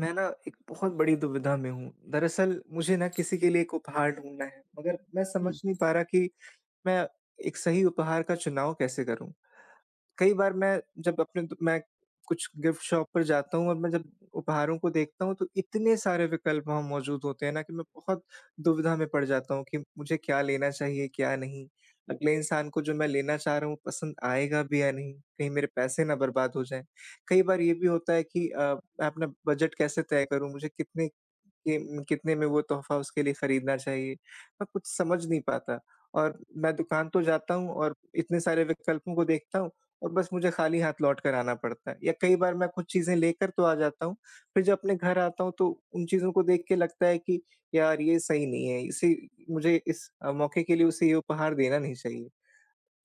मैं ना एक बहुत बड़ी दुविधा में हूँ। दरअसल मुझे ना किसी के लिए एक उपहार ढूँढना है, मगर मैं समझ हुँ। नहीं पा रहा कि मैं एक सही उपहार का चुनाव कैसे करूँ? कई बार मैं, जब अपने द मैं कुछ गिफ्ट शॉप पर जाता हूँ और मैं जब उपहारों को देखता हूँ, तो इतने सारे विकल्प वहाँ मौजूद होते हैं ना कि मैं बहुत दुविधा में पड़ जाता हूँ कि मुझे क्या लेना चाहिए, क्या नहीं? अगले इंसान को जो मैं लेना चाह रहा हूँ, पसंद आएगा भी या नहीं? कहीं मेरे पैसे ना बर्बाद हो जाएँ। कई बार ये भी होता है कि मैं अपना बजट कैसे तय करूँ? मुझे कितने में वो तोहफ़ा उसके लिए खरीदना चाहिए? मैं कुछ समझ नहीं पाता और मैं दुकान तो जाता हूँ और इतने सारे विकल्पों को देखता हूँ और बस मुझे खाली हाथ लौट कर आना पड़ता है। या कई बार मैं कुछ चीज़ें लेकर तो आ जाता हूँ, फिर जब अपने घर आता हूँ तो उन चीज़ों को देख के लगता है कि यार ये सही नहीं है, इसे मुझे इस अ, मौके के लिए उसे ये उपहार देना नहीं चाहिए।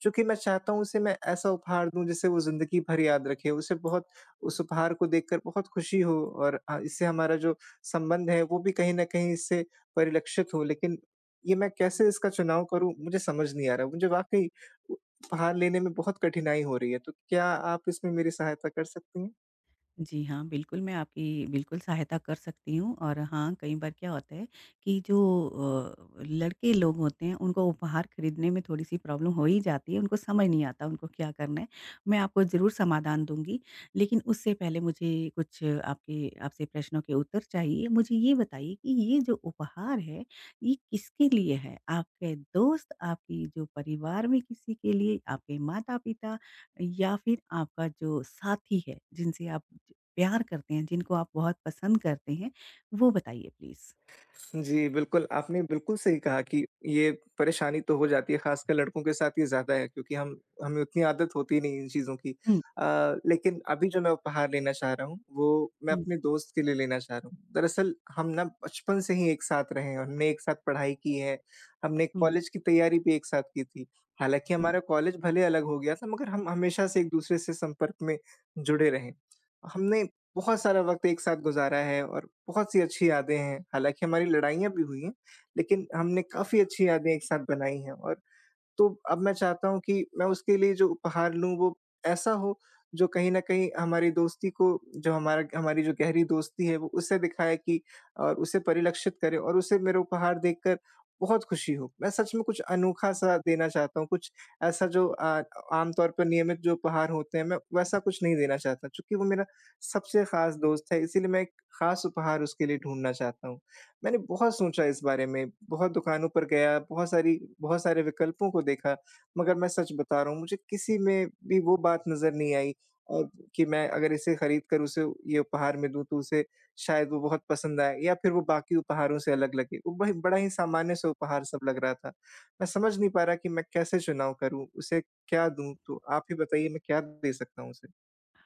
चूँकि मैं चाहता हूँ उसे मैं ऐसा उपहार दूँ जिसे वो ज़िंदगी भर याद रखे, उसे बहुत उस उपहार को देखकर बहुत खुशी हो और इससे हमारा जो संबंध है वो भी कहीं न कहीं इससे परिलक्षित हो। लेकिन ये मैं कैसे इसका चुनाव करूँ, मुझे समझ नहीं आ रहा। मुझे वाक़ई उपहार लेने में बहुत कठिनाई हो रही है, तो क्या आप इसमें मेरी सहायता कर सकती हैं? जी हाँ, बिल्कुल मैं आपकी बिल्कुल सहायता कर सकती हूँ और हाँ, कई बार क्या होता है कि जो लड़के लोग होते हैं उनको उपहार खरीदने में थोड़ी-सी प्रॉब्लम हो ही जाती है, उनको समझ नहीं आता उनको क्या करना है। मैं आपको ज़रूर समाधान दूँगी, लेकिन उससे पहले मुझे कुछ आपके आपसे प्रश्नों के उत्तर चाहिए। मुझे ये बताइए कि ये जो उपहार है, ये किसके लिए है? आपके दोस्त, आपकी जो परिवार में किसी के लिए, आपके माता-पिता या फिर आपका जो साथी है, जिनसे आप ज प्यार करते हैं, जिनको आप बहुत पसंद करते हैं, वो बताइए प्लीज़? जी, बिल्कुल, आपने बिल्कुल सही कहा कि ये परेशानी तो हो जाती है, ख़ासकर लड़कों के साथ ये ज़्यादा है, क्योंकि हम हमें उतनी आदत होती नहीं इन चीज़ों की। हुँ, लेकिन अभी जो मैं उपहार लेना चाह रहा हूँ, वो मैं हुँ, अपने दोस्त के लिए लेना चाह रहा हूँ। दरअसल हम ना बचपन से ही एक साथ रहे हैं, हमने एक साथ पढ़ाई की है, हमने हुँ, कॉलेज की तैयारी भी एक साथ की थी। हालाँकि हुँ। हमारा कॉलेज भले अलग हो गया था, मगर हम हमेशा से एक-दूसरे से संपर्क में जुड़े रहे। हमने बहुत सारा वक़्त एक साथ गुज़ारा है और बहुत-सी अच्छी यादें हैं। हालाँकि हमारी लड़ाइयाँ भी हुई हैं, लेकिन हमने काफ़ी अच्छी यादें एक साथ बनाई हैं। और तो अब मैं चाहता हूँ कि मैं उसके लिए जो उपहार लूँ वो ऐसा हो जो कहीं न कहीं हमारी दोस्ती को, जो हमारा हमारी जो गहरी दोस्ती है वो, उसे दिखाए कि और उसे परिलक्षित करे, और उसे मेरे उपहार देखकर बहुत खुशी हो। मैं सच में कुछ अनोखा-सा देना चाहता हूँ, कुछ ऐसा जो आम तौर पर नियमित जो उपहार होते हैं मैं वैसा कुछ नहीं देना चाहता। चूँकि वो मेरा सबसे ख़ास दोस्त है, इसीलिए मैं एक ख़ास उपहार उसके लिए ढूँढना चाहता हूँ। मैंने बहुत सोचा इस बारे में, बहुत दुकानों पर गया, बहुत सारे विकल्पों को देखा, मगर मैं सच बता रहा हूँ, मुझे किसी में भी वो बात नज़र नहीं आई और कि मैं अगर इसे खरीद कर उसे ये उपहार में दूँ तो उसे शायद वो बहुत पसंद आए या फिर वो बाकी उपहारों से अलग लगे। वो बही बड़ा ही सामान्य-सा उपहार सब लग रहा था। मैं समझ नहीं पा रहा कि मैं कैसे चुनाव करूँ, उसे क्या दूँ? तो आप ही बताइए, मैं क्या दे सकता हूँ उसे?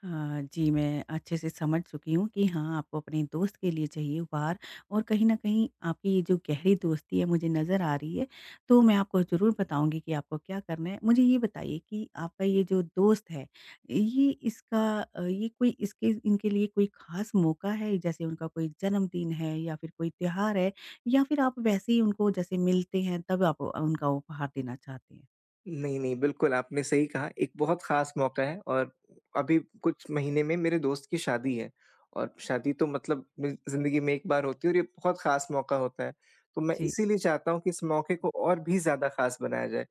हाँ, जी, मैं अच्छे से समझ चुकी हूँ कि हाँ, आपको अपने दोस्त के लिए चाहिए उपहार और कहीं न कहीं आपकी ये जो गहरी दोस्ती है मुझे नज़र आ रही है, तो मैं आपको ज़रूर बताऊँगी कि आपको क्या करना है। मुझे ये बताइए कि आपका ये जो दोस्त है, ये कोई इसके इनके लिए कोई ख़ास मौका है जैसे उनका कोई जन्मदिन है या फिर कोई त्योहार है या फिर आप वैसे ही उनको जैसे मिलते हैं तब आप उनका उपहार देना चाहते हैं? नहीं, नहीं, बिल्कुल आपने सही कहा, एक बहुत ख़ास मौका है। और अभी कुछ महीने में मेरे दोस्त की शादी है, और शादी तो मतलब मेरी ज़िंदगी में एक बार होती है और ये बहुत ख़ास मौका होता है। तो मैं इसीलिए चाहता हूँ कि इस मौके को और भी ज़्यादा ख़ास बनाया जाए।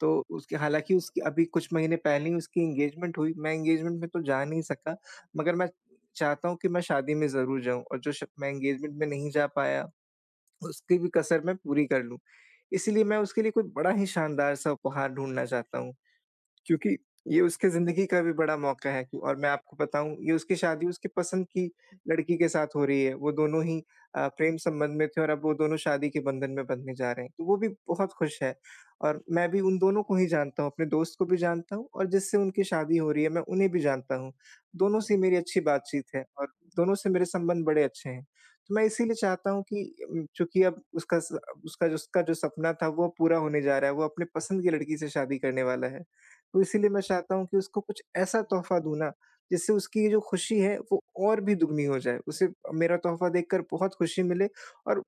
तो उसके हालाँकि उसकी अभी कुछ महीने पहले ही उसकी एंगेजमेंट हुई, मैं एंगेजमेंट में तो जा नहीं सका, मगर मैं चाहता हूँ कि मैं शादी में ज़रूर जाऊँ, और जो श मैं एंगेजमेंट में नहीं जा पाया उसकी भी कसर मैं पूरी कर लूँ। इसीलिए मैं उसके लिए कोई बड़ा ही शानदार-सा उपहार ढूँढना चाहता हूँ। क्योंकि ये उसके ज़िंदगी का भी बड़ा मौका है। कि और मैं आपको बताऊँ, ये उसकी शादी उसकी पसंद की लड़की के साथ हो रही है। वो दोनों ही प्रेम संबंध में थे और अब वो दोनों शादी के बंधन में बँधने जा रहे हैं। तो वो भी बहुत खुश है, और मैं भी उन दोनों को ही जानता हूँ, अपने दोस्त को भी जानता हूँ और जिससे उनकी शादी हो रही है मैं उन्हें भी जानता हूँ। दोनों से मेरी अच्छी बातचीत है और दोनों से मेरे संबंध बड़े अच्छे हैं। तो मैं इसीलिए चाहता हूँ कि चूँकि अब उसका जो सपना था वो पूरा होने जा रहा है। वो अपने पसंद की लड़की से शादी करने वाला है। तो इसीलिए मैं चाहता हूँ कि उसको कुछ ऐसा तोहफ़ा दूँ ना, जिससे उसकी ये जो खुशी है वो और भी दुगनी हो जाए। उसे मेरा तोहफ़ा देखकर बहुत खुशी मिले, और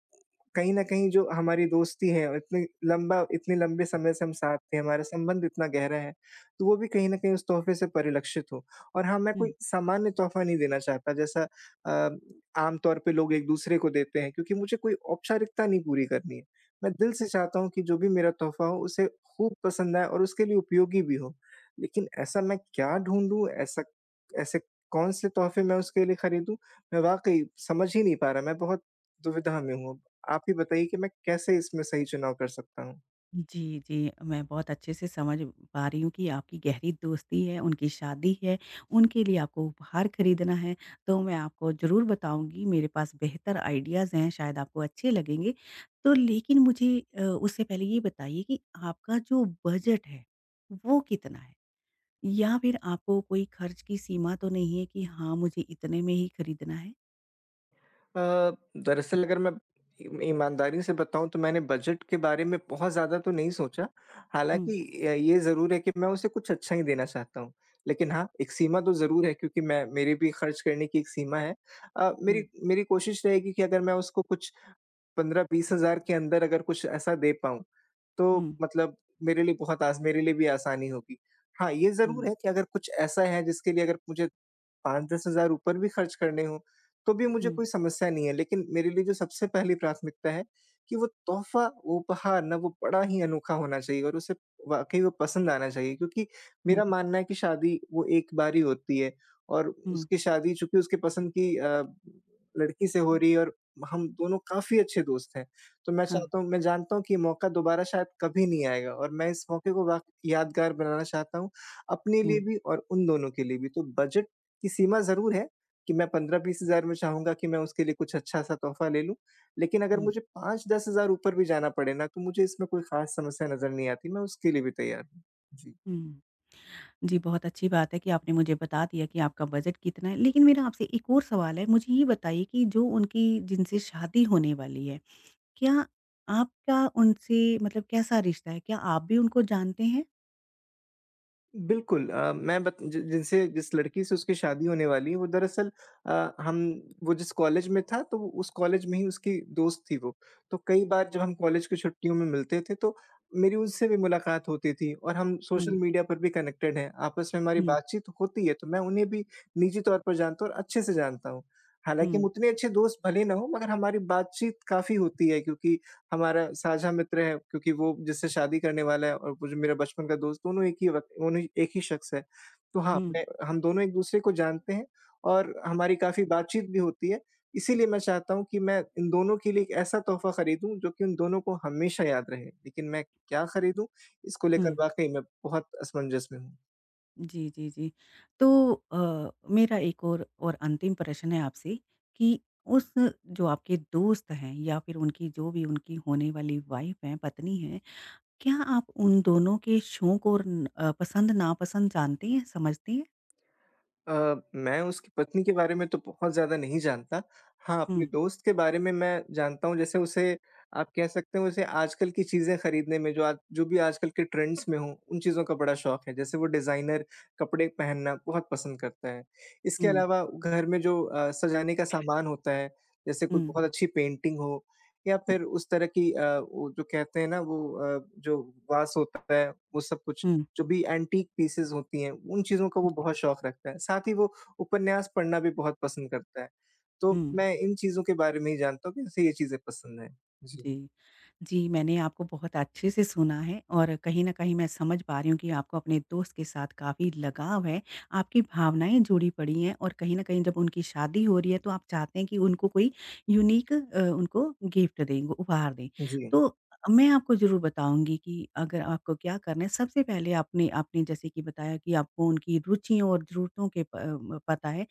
कहीं न कहीं जो हमारी दोस्ती है, और इतनी लंबा इतने लंबे समय से हम साथ थे, हमारा संबंध इतना गहरा है, तो वो भी कहीं न कहीं उस तोहफ़े से परिलक्षित हो। और हाँ, मैं कोई जी। सामान्य तोहफ़ा नहीं देना चाहता जैसा अ, आम तौर पे लोग एक-दूसरे को देते हैं, क्योंकि मुझे कोई औपचारिकता नहीं पूरी करनी है। मैं दिल से चाहता हूँ कि जो भी मेरा तोहफ़ा हो उसे खूब पसंद आए और उसके लिए उपयोगी भी हो। लेकिन ऐसा मैं क्या ढूँढूँ? ऐसा ऐसे कौन से तोहफ़े मैं उसके लिए खरीदूँ? मैं वाक़ई समझ ही नहीं पा रहा, मैं बहुत दुविधा में हूँ अब। आप ही बताइए कि मैं कैसे इसमें सही चुनाव कर सकता हूँ? जी, जी। मैं बहुत अच्छे से समझ पा रही हूँ कि आपकी गहरी दोस्ती है, उनकी शादी है, उनके लिए आपको उपहार खरीदना है, तो मैं आपको ज़रूर बताऊँगी। मेरे पास बेहतर आइडियाज़ हैं, शायद आपको अच्छे लगेंगे। तो लेकिन मुझे उससे पहले ये बताइए कि आपका जो बजट है, वो कितना है? या फिर आपको कोई खर्च की सीमा तो नहीं है कि हाँ, मुझे इतने में ही खरीदना है? दरअसल अगर मैं ईम ईमानदारी से बताऊँ तो मैंने बजट के बारे में बहुत ज़्यादा तो नहीं सोचा। हुँ, हालाँकि ये ज़रूर है कि मैं उसे कुछ अच्छा ही देना चाहता हूँ। लेकिन हाँ, एक सीमा तो ज़रूर है, क्योंकि मैं मेरी भी खर्च करने की एक सीमा है। मेरी हुँ, मेरी कोशिश रहेगी कि अगर मैं उसको कुछ 15-20 हज़ार के अंदर अगर कुछ ऐसा दे पाऊँ, तो हुँ, मतलब मेरे लिए भी आसानी होगी। हाँ, ये ज़रूर हुँ, है कि अगर कुछ ऐसा है जिसके लिए अगर मुझे 5-10 हज़ार ऊपर भी खर्च करने हों, तो भी मुझे हुँ, कोई समस्या नहीं है। लेकिन मेरे लिए जो सबसे पहली प्राथमिकता है कि वो तोहफ़ा, वो उपहार ना, वो बड़ा ही अनोखा होना चाहिए और उसे वाक़ई वो पसंद आना चाहिए, क्योंकि हुँ, मेरा मानना है कि शादी वो एक बार ही होती है, और हुँ। उसकी शादी चूँकि उसके पसंद की लड़की से हो रही है, और हम दोनों काफ़ी अच्छे दोस्त हैं। तो मैं हाँ, चाहता हूँ मैं जानता हूँ कि ये मौका दोबारा शायद कभी नहीं आएगा, और मैं इस मौके को वाक़ यादगार बनाना चाहता हूँ, अपने लिए हुँ, भी और उन दोनों के लिए भी। तो बजट की सीमा ज़रूर है कि मैं 15-20 हज़ार में चाहूँगा कि मैं उसके लिए कुछ अच्छा-सा तोहफ़ा ले लूँ। लेकिन अगर हुँ, मुझे 5-10 हज़ार ऊपर भी जाना पड़े ना, तो मुझे इसमें कोई ख़ास समस्या नज़र नहीं आती। मैं उसके लिए भी तैयार हूँ। जी। हुँ। जी, बहुत अच्छी बात है कि आपने मुझे बता दिया कि आपका बजट कितना है। लेकिन मेरा आपसे एक और सवाल है, मुझे ये बताइए कि जो उनकी जिनसे शादी होने वाली है, क्या आपका उनसे मतलब कैसा रिश्ता है? क्या आप भी उनको जानते हैं? बिल्कुल। मैं बत जि जिनसे जिस लड़की से उसकी शादी होने वाली है, वो दरअसल हम वो जिस कॉलेज में था, तो वो उस कॉलेज में ही उसकी दोस्त थी वो। तो कई बार जब हम कॉलेज की छुट्टियों में मिलते थे, तो मेरी उससे भी मुलाकात होती थी, और हम हुँ, सोशल मीडिया पर भी कनेक्टेड हैं, आपस में हमारी हुँ, बातचीत होती है, तो मैं उन्हें भी निजी तौर पर जानता हूँ और अच्छे से जानता हूँ। हालाँकि हम हुँ, उतने अच्छे दोस्त भले ना हों, मगर हमारी बातचीत काफ़ी होती है, क्योंकि हमारा साझा मित्र है, क्योंकि वो जिससे शादी करने वाला है और वो जो मेरा बचपन का दोस्त, दोनों एक ही शख़्स है। तो हाँ, हुँ, मैं हम दोनों एक-दूसरे को जानते हैं, और हमारी काफ़ी बातचीत भी होती है। इसीलिए मैं चाहता हूँ कि मैं इन दोनों के लिए एक ऐसा तोहफ़ा खरीदूँ जो कि उन दोनों को हमेशा याद रहे। लेकिन मैं क्या खरीदूँ? इसको लेकर हुँ। वाक़ई मैं बहुत असमंजस में हूँ। जी, जी, जी। तो मेरा एक और अंतिम प्रश्न है आपसे कि उस जो आपके दोस्त हैं या फिर उनकी जो भी उनकी होने वाली वाइफ़ हैं, पत्नी हैं क्या आप उन दोनों के शौक और न अ, पसंद-नापसंद जानती हैं, समझती हैं? मैं उसकी पत्नी के बारे में तो बहुत ज़्यादा नहीं जानता। हाँ, अपने हुँ, दोस्त के बारे में मैं जानता हूँ। जैसे उसे आप कह सकते हो, उसे आजकल की चीज़ें खरीदने में, जो भी आजकल के ट्रेंड्स में हों, उन चीज़ों का बड़ा शौक है। जैसे वो डिज़ाइनर कपड़े पहनना बहुत पसंद करता है। इसके हुँ, अलावा घर में जो सजाने का सामान होता है, जैसे कोई हुँ, बहुत अच्छी पेंटिंग हो या फिर उस तरह की वो जो कहते हैं ना वो, जो वास होता है, वो सब कुछ, हुँ, जो भी एंटीक पीसेस होती हैं, उन चीज़ों का वो जी, बहुत शौक रखता है। साथ ही वो उपन्यास पढ़ना भी बहुत पसंद करता है। तो हुँ। मैं इन चीज़ों के बारे में ही जानता हूँ कि उसे ये चीज़ें पसंद हैं। जी, जी। जी, मैंने आपको बहुत अच्छे से सुना है और कहीं न कहीं मैं समझ पा रही हूँ कि आपको अपने दोस्त के साथ काफ़ी लगाव है, आपकी भावनाएँ जुड़ी पड़ी हैं और कहीं न कहीं जब उनकी शादी हो रही है, तो आप चाहते हैं कि उनको कोई यूनिक उनको गिफ्ट दें, उपहार दें। जी, तो मैं आपको ज़रूर बताऊँगी कि अगर आपको क्या करना है, सबसे पहले आपने आपने जैसे कि बताया कि आपको उनकी रुचियों और ज़रूरतों पता है।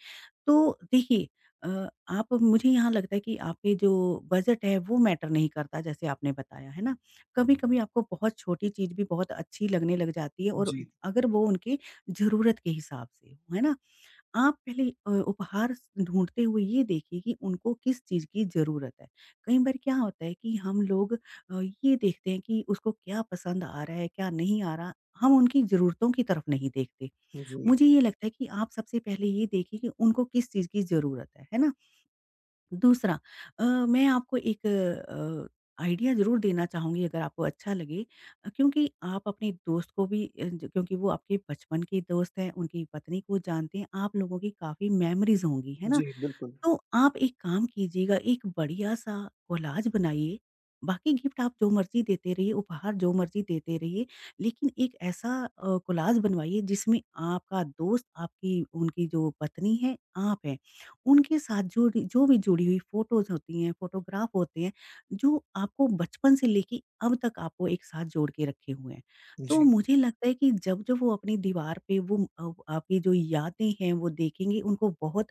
तो देखिए अ, आप मुझे यहाँ लगता है कि आपके जो बजट है वो मैटर नहीं करता जैसे आपने बताया है ना। कभी-कभी आपको बहुत छोटी चीज़ भी बहुत अच्छी लगने लग जाती है और जी, अगर वो उनकी ज़रूरत के हिसाब से हो, है ना? आप पहले उपहार स ढूँढते हुए ये देखिए कि उनको किस चीज़ की ज़रूरत है। कई बार क्या होता है कि हम लोग ये देखते हैं कि उसको क्या पसंद आ रहा है, क्या नहीं आ रहा, हम उनकी ज़रूरतों की तरफ नहीं देखते। जी, मुझे ये लगता है कि आप सबसे पहले ये देखिए कि उनको किस चीज़ की ज़रूरत है ना? दूसरा मैं आपको एक आइडिया ज़रूर देना चाहूँगी अगर आपको अच्छा लगे क्योंकि आप अपने दोस्त को भी अ, ज क्योंकि वो आपके बचपन के दोस्त हैं, उनकी पत्नी को जानते हैं, आप लोगों की काफ़ी मेमोरीज़ होंगी, है ना? जी, बिल्कुल। तो आप एक काम कीजिएगा, एक बढ़िया-सा कोलाज बनाइए, बाकी गिफ्ट आप जो मर्ज़ी देते रहिए, उपहार जो मर्ज़ी देते रहिए, लेकिन एक ऐसा कोलाज बनवाइए जिसमें आपका दोस्त, आपकी उनकी जो पत्नी है, आप हैं, उनके साथ जुड़ी जो भी जुड़ी हुई फ़ोटोज़ होती हैं, फ़ोटोग्राफ होते हैं, जो आपको बचपन से लेके अब तक आपको एक साथ जोड़ के रखे हुए हैं। तो जी, मुझे लगता है कि जब-जब वो अपनी दीवार पे वो आपकी जो यादें हैं, वो देखेंगे, उनको बहुत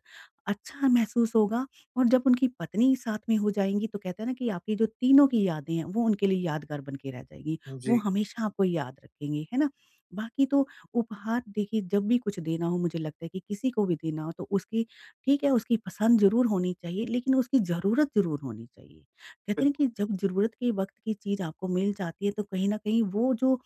अच्छा महसूस होगा और जब उनकी पत्नी साथ में हो जाएँगी तो कहते हैं ना कि आपकी जो तीनों की यादें हैं वो उनके लिए यादगार बन के रह जाएगी। वो जी, हमेशा आपको याद रखेंगे, है ना? बाकी तो उपहार देखिए जब भी कुछ देना हो मुझे लगता है कि किसी को भी देना हो तो उसकी ठीक है उसकी पसंद ज़रूर होनी चाहिए लेकिन उसकी ज़रूरत ज़रूर होनी चाहिए। कहते हैं बिल्कुल। कि जब ज़रूरत के वक़्त की चीज़ आपको मिल जाती है तो कहीं न कहीं वो जो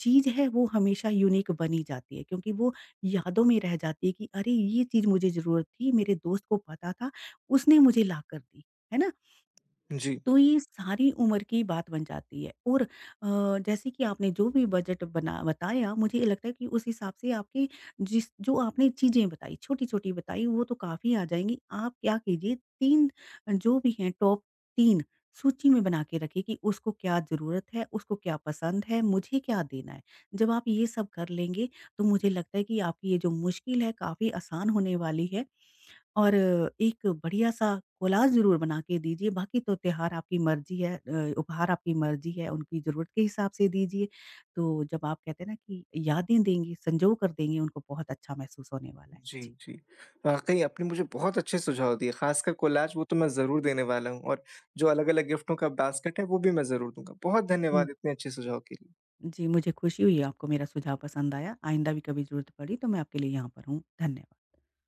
चीज़ है वो हमेशा यूनिक बनी जाती है क्योंकि वो यादों में रह जाती है कि अरे! ये चीज़ मुझे ज़रूरत थी, मेरे दोस्त को पता था, उसने मुझे लाकर दी। है ना? जी, तो ये सारी उम्र की बात बन जाती है और जैसे कि आपने जो भी बजट बना बताया मुझे ये लगता है कि उस हिसाब से आपकी जिस जो आपने चीज़ें बताई छोटी-छोटी बताई वो तो काफ़ी आ जाएँगी। आप क्या कीजिए 3 जो भी हैं टॉप 3 सूची में बना के रखिए कि उसको क्या ज़रूरत है, उसको क्या पसंद है, मुझे क्या देना है। जब आप ये सब कर लेंगे तो मुझे लगता है कि आपकी ये जो मुश्किल है काफ़ी आसान होने वाली है। और एक बढ़िया-सा कोलाज ज़रूर बना के दीजिए, बाकी तो त्योहार आपकी मर्ज़ी है उपहार आपकी मर्ज़ी है, उनकी ज़रूरत के हिसाब से दीजिए। तो जब आप कहते हैं ना कि यादें देंगे, संजो कर देंगे, उनको बहुत अच्छा महसूस होने वाला है। जी, जी। जी। वाक़ई आपने मुझे बहुत अच्छे सुझाव दिए, ख़ासकर कोलाज, वो तो मैं ज़रूर देने वाला हूँ, और जो अलग-अलग गिफ्टों का बास्केट है, वो भी मैं ज़रूर दूँगा। बहुत हुँ, धन्यवाद इतने अच्छे सुझाव के लिए। जी, मुझे खुशी हुई आपको मेरा सुझाव पसंद आया। आइंदा भी कभी ज़रूरत पड़ी तो मैं आपके लिए यहाँ पर हूँ। धन्यवाद।